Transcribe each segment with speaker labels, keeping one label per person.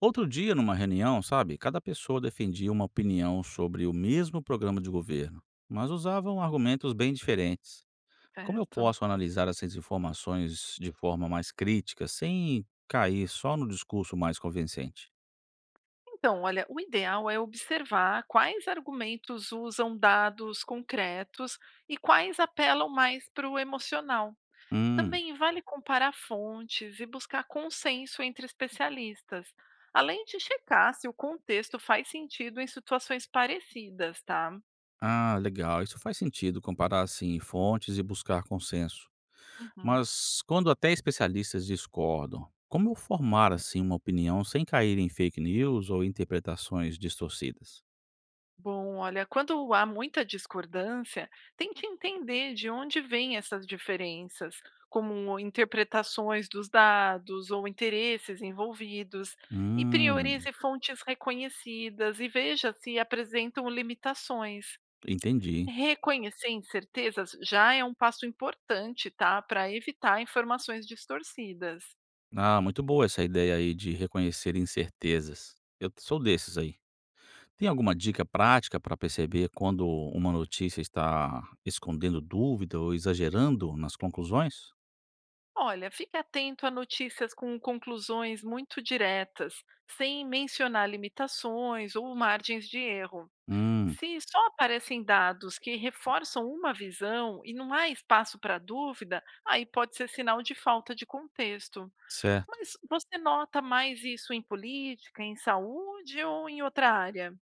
Speaker 1: Outro dia, numa reunião, sabe, cada pessoa defendia uma opinião sobre o mesmo programa de governo, mas usavam argumentos bem diferentes. Como eu
Speaker 2: Certo.
Speaker 1: posso analisar essas informações de forma mais crítica, sem cair só no discurso mais convincente?
Speaker 2: Então, olha, o ideal é observar quais argumentos usam dados concretos e quais apelam mais para o emocional.
Speaker 1: Hum,
Speaker 2: Também vale comparar fontes e buscar consenso entre especialistas, além de checar se o contexto faz sentido em situações parecidas, tá?
Speaker 1: ah, legal. Isso faz sentido, comparar assim fontes e buscar consenso.
Speaker 2: Uhum.
Speaker 1: Mas quando até especialistas discordam, como eu formar assim uma opinião sem cair em fake news ou interpretações distorcidas?
Speaker 2: Bom, olha, quando há muita discordância, tente entender de onde vêm essas diferenças, como interpretações dos dados ou interesses envolvidos, e
Speaker 1: Hum.
Speaker 2: priorize fontes reconhecidas e veja se apresentam limitações.
Speaker 1: Entendi.
Speaker 2: Reconhecer incertezas já é um passo importante, tá, para evitar informações distorcidas.
Speaker 1: Ah, muito boa essa ideia aí de reconhecer incertezas. Eu sou desses aí. Tem alguma dica prática para perceber quando uma notícia está escondendo dúvida ou exagerando nas conclusões?
Speaker 2: Olha, fique atento a notícias com conclusões muito diretas, sem mencionar limitações ou margens de erro.
Speaker 1: Hum,
Speaker 2: Se só aparecem dados que reforçam uma visão e não há espaço para dúvida, aí pode ser sinal de falta de contexto.
Speaker 1: certo.
Speaker 2: Mas você nota mais isso em política, em saúde ou em outra área?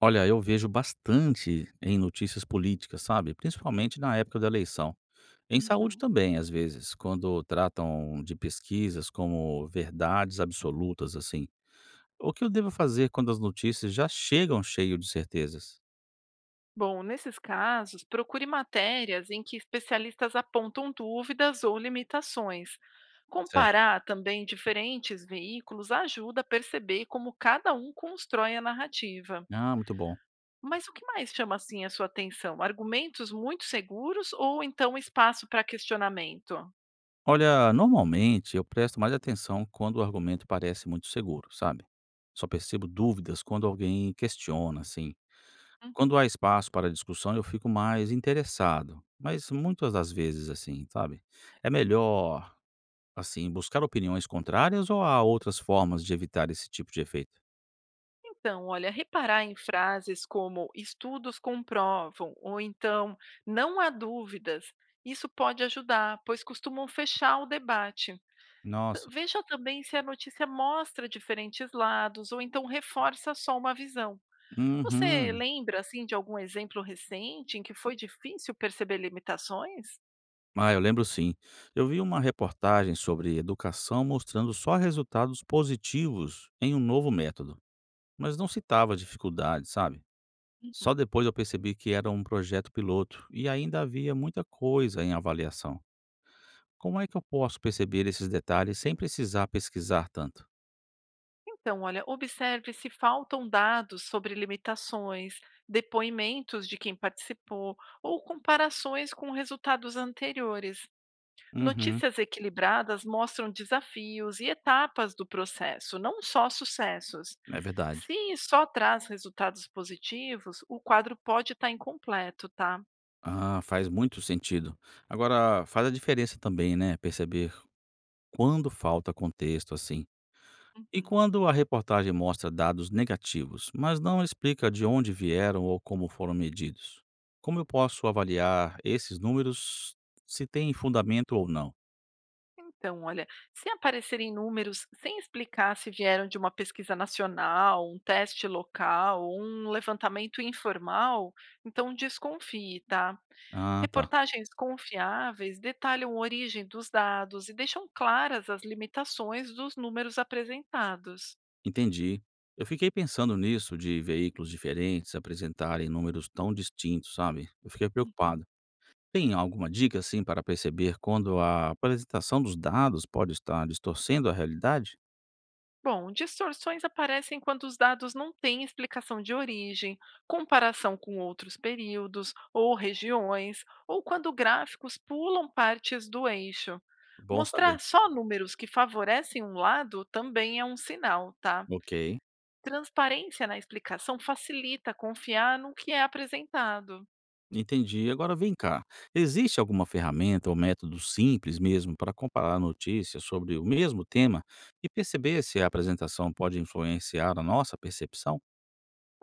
Speaker 1: Olha, eu vejo bastante em notícias políticas, sabe? Principalmente na época da eleição. Em saúde
Speaker 2: Uhum.
Speaker 1: também, às vezes, quando tratam de pesquisas como verdades absolutas, assim. O que eu devo fazer quando as notícias já chegam cheio de certezas?
Speaker 2: Bom, nesses casos, procure matérias em que especialistas apontam dúvidas ou limitações.
Speaker 1: Certo.
Speaker 2: Comparar também diferentes veículos ajuda a perceber como cada um constrói a narrativa.
Speaker 1: Ah, muito bom.
Speaker 2: Mas o que mais chama assim a sua atenção? Argumentos muito seguros ou então espaço para questionamento?
Speaker 1: Olha, normalmente eu presto mais atenção quando o argumento parece muito seguro, sabe? Só percebo dúvidas quando alguém questiona, assim.
Speaker 2: Uhum.
Speaker 1: Quando há espaço para discussão, eu fico mais interessado, mas muitas das vezes assim, sabe? É melhor, assim, buscar opiniões contrárias, ou há outras formas de evitar esse tipo de efeito?
Speaker 2: Então, olha, reparar em frases como estudos comprovam ou então não há dúvidas, isso pode ajudar, pois costumam fechar o debate.
Speaker 1: Nossa.
Speaker 2: Veja também se a notícia mostra diferentes lados ou então reforça só uma visão. Você
Speaker 1: Uhum.
Speaker 2: lembra assim de algum exemplo recente em que foi difícil perceber limitações?
Speaker 1: Ah, eu lembro sim. Eu vi uma reportagem sobre educação mostrando só resultados positivos em um novo método, mas não citava dificuldades, sabe? Só
Speaker 2: Uhum.
Speaker 1: depois eu percebi que era um projeto piloto e ainda havia muita coisa em avaliação. Como é que eu posso perceber esses detalhes sem precisar pesquisar tanto?
Speaker 2: Então, olha, observe se faltam dados sobre limitações, depoimentos de quem participou ou comparações com resultados anteriores.
Speaker 1: Uhum,
Speaker 2: Notícias equilibradas mostram desafios e etapas do processo, não só sucessos.
Speaker 1: é verdade.
Speaker 2: Se só traz resultados positivos, o quadro pode estar incompleto, tá?
Speaker 1: Ah, faz muito sentido. Agora, faz a diferença também, né? Perceber quando falta contexto, assim. E
Speaker 2: Uhum.
Speaker 1: quando a reportagem mostra dados negativos, mas não explica de onde vieram ou como foram medidos? Como eu posso avaliar esses números, se tem fundamento ou não?
Speaker 2: Então, olha, se aparecerem números sem explicar se vieram de uma pesquisa nacional, um teste local ou um levantamento informal, então desconfie, tá?
Speaker 1: Ah, tá.
Speaker 2: Reportagens confiáveis detalham a origem dos dados e deixam claras as limitações dos números apresentados.
Speaker 1: Entendi. Eu fiquei pensando nisso de veículos diferentes apresentarem números tão distintos, sabe? Eu fiquei
Speaker 2: Uhum.
Speaker 1: preocupado. Tem alguma dica assim para perceber quando a apresentação dos dados pode estar distorcendo a realidade?
Speaker 2: Bom, distorções aparecem quando os dados não têm explicação de origem, comparação com outros períodos ou regiões, ou quando gráficos pulam partes do eixo.
Speaker 1: Bom
Speaker 2: Mostrar
Speaker 1: saber.
Speaker 2: só números que favorecem um lado também é um sinal, tá?
Speaker 1: Ok.
Speaker 2: Transparência na explicação facilita confiar no que é apresentado.
Speaker 1: Entendi. Agora vem cá, existe alguma ferramenta ou método simples mesmo para comparar notícias sobre o mesmo tema e perceber se a apresentação pode influenciar a nossa percepção?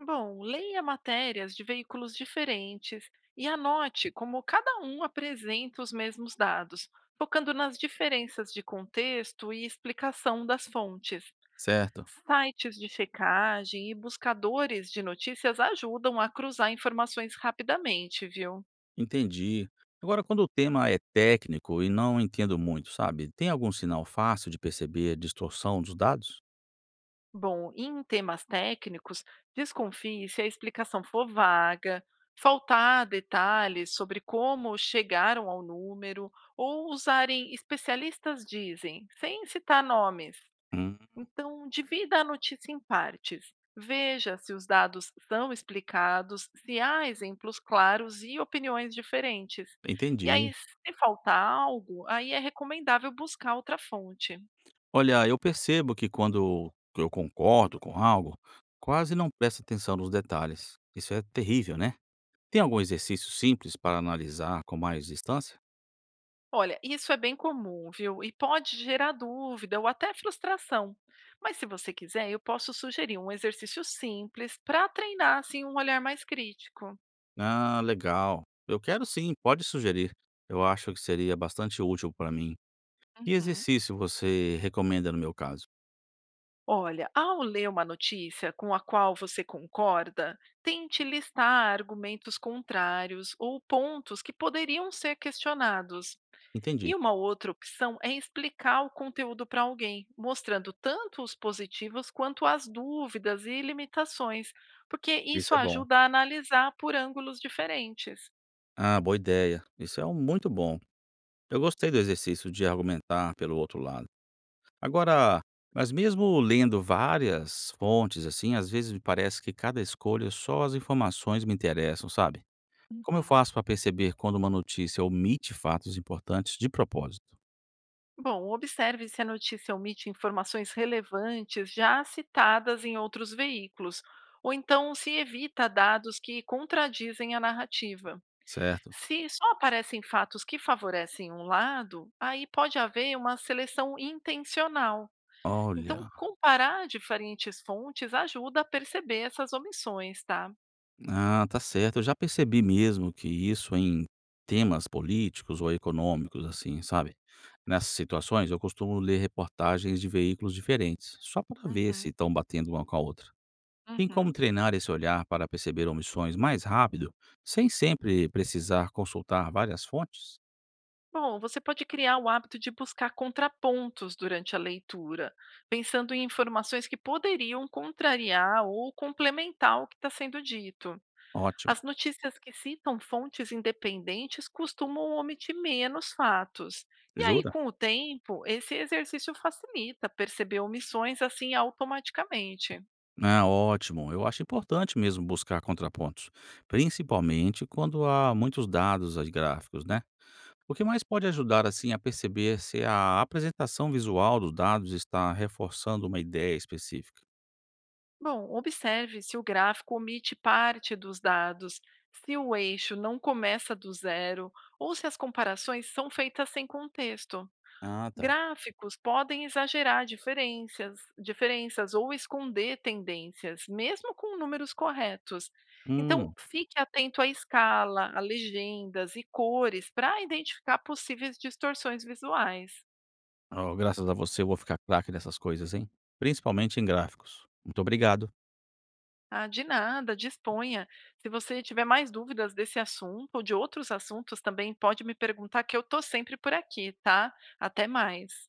Speaker 2: Bom, leia matérias de veículos diferentes e anote como cada um apresenta os mesmos dados, focando nas diferenças de contexto e explicação das fontes.
Speaker 1: Certo,
Speaker 2: Sites de checagem e buscadores de notícias ajudam a cruzar informações rapidamente, viu?
Speaker 1: entendi. Agora, quando o tema é técnico e não entendo muito, sabe, tem algum sinal fácil de perceber a distorção dos dados?
Speaker 2: Bom, e em temas técnicos, desconfie se a explicação for vaga, faltar detalhes sobre como chegaram ao número ou usarem especialistas dizem, sem citar nomes.
Speaker 1: Hum,
Speaker 2: Então, divida a notícia em partes. Veja se os dados são explicados, se há exemplos claros e opiniões diferentes. E
Speaker 1: entendi.
Speaker 2: aí, se faltar algo, aí é recomendável buscar outra fonte.
Speaker 1: Olha, eu percebo que quando eu concordo com algo, quase não presto atenção nos detalhes. Isso é terrível, né? Tem algum exercício simples para analisar com mais distância?
Speaker 2: Olha, isso é bem comum, viu? E pode gerar dúvida ou até frustração. Mas se você quiser, eu posso sugerir um exercício simples para treinar assim um olhar mais crítico.
Speaker 1: Ah, legal. Eu quero sim, pode sugerir. Eu acho que seria bastante útil para mim. Que
Speaker 2: Uhum.
Speaker 1: exercício você recomenda no meu caso?
Speaker 2: Olha, ao ler uma notícia com a qual você concorda, tente listar argumentos contrários ou pontos que poderiam ser questionados.
Speaker 1: Entendi.
Speaker 2: E uma outra opção é explicar o conteúdo para alguém, mostrando tanto os positivos quanto as dúvidas e limitações, porque
Speaker 1: Isso
Speaker 2: isso
Speaker 1: é bom.
Speaker 2: ajuda a analisar por ângulos diferentes.
Speaker 1: Ah, boa ideia. Muito bom. Eu gostei do exercício de argumentar pelo outro lado. Agora, mas mesmo lendo várias fontes assim, às vezes me parece que cada escolha só as informações me interessam, sabe? Como eu
Speaker 2: Uhum.
Speaker 1: faço para perceber quando uma notícia omite fatos importantes de propósito,
Speaker 2: Bom, observe se a notícia omite informações relevantes já citadas em outros veículos, ou então se evita dados que contradizem a narrativa.
Speaker 1: certo?
Speaker 2: Se só aparecem fatos que favorecem um lado, aí pode haver uma seleção intencional. Então,
Speaker 1: Olha,
Speaker 2: comparar diferentes fontes ajuda a perceber essas omissões, tá?
Speaker 1: ah, tá certo. Eu já percebi mesmo que isso em temas políticos ou econômicos, assim, sabe? Nessas situações, eu costumo ler reportagens de veículos diferentes, só para ver se
Speaker 2: Uhum,
Speaker 1: estão batendo uma com a outra. Tem
Speaker 2: uhum.
Speaker 1: como treinar esse olhar para perceber omissões mais rápido, sem sempre precisar consultar várias fontes?
Speaker 2: Bom, você pode criar o hábito de buscar contrapontos durante a leitura, pensando em informações que poderiam contrariar ou complementar o que está sendo dito. As
Speaker 1: Ótimo.
Speaker 2: notícias que citam fontes independentes costumam omitir menos fatos. E aí,
Speaker 1: Jura?
Speaker 2: com o tempo, esse exercício facilita perceber omissões assim automaticamente.
Speaker 1: Ah, ótimo. Eu acho importante mesmo buscar contrapontos, principalmente quando há muitos dados aí gráficos, né? O que mais pode ajudar assim a perceber se a apresentação visual dos dados está reforçando uma ideia específica?
Speaker 2: Bom, observe se o gráfico omite parte dos dados, se o eixo não começa do zero ou se as comparações são feitas sem contexto.
Speaker 1: Ah, tá.
Speaker 2: Gráficos podem exagerar diferenças ou esconder tendências, mesmo com números corretos. Então,
Speaker 1: Hum,
Speaker 2: fique atento à escala, a legendas e cores para identificar possíveis distorções visuais.
Speaker 1: ó, graças a você eu vou ficar craque nessas coisas, hein? Principalmente em gráficos. Muito obrigado.
Speaker 2: Ah, de nada, disponha. Se você tiver mais dúvidas desse assunto ou de outros assuntos também, pode me perguntar que eu tô sempre por aqui, tá? Até mais.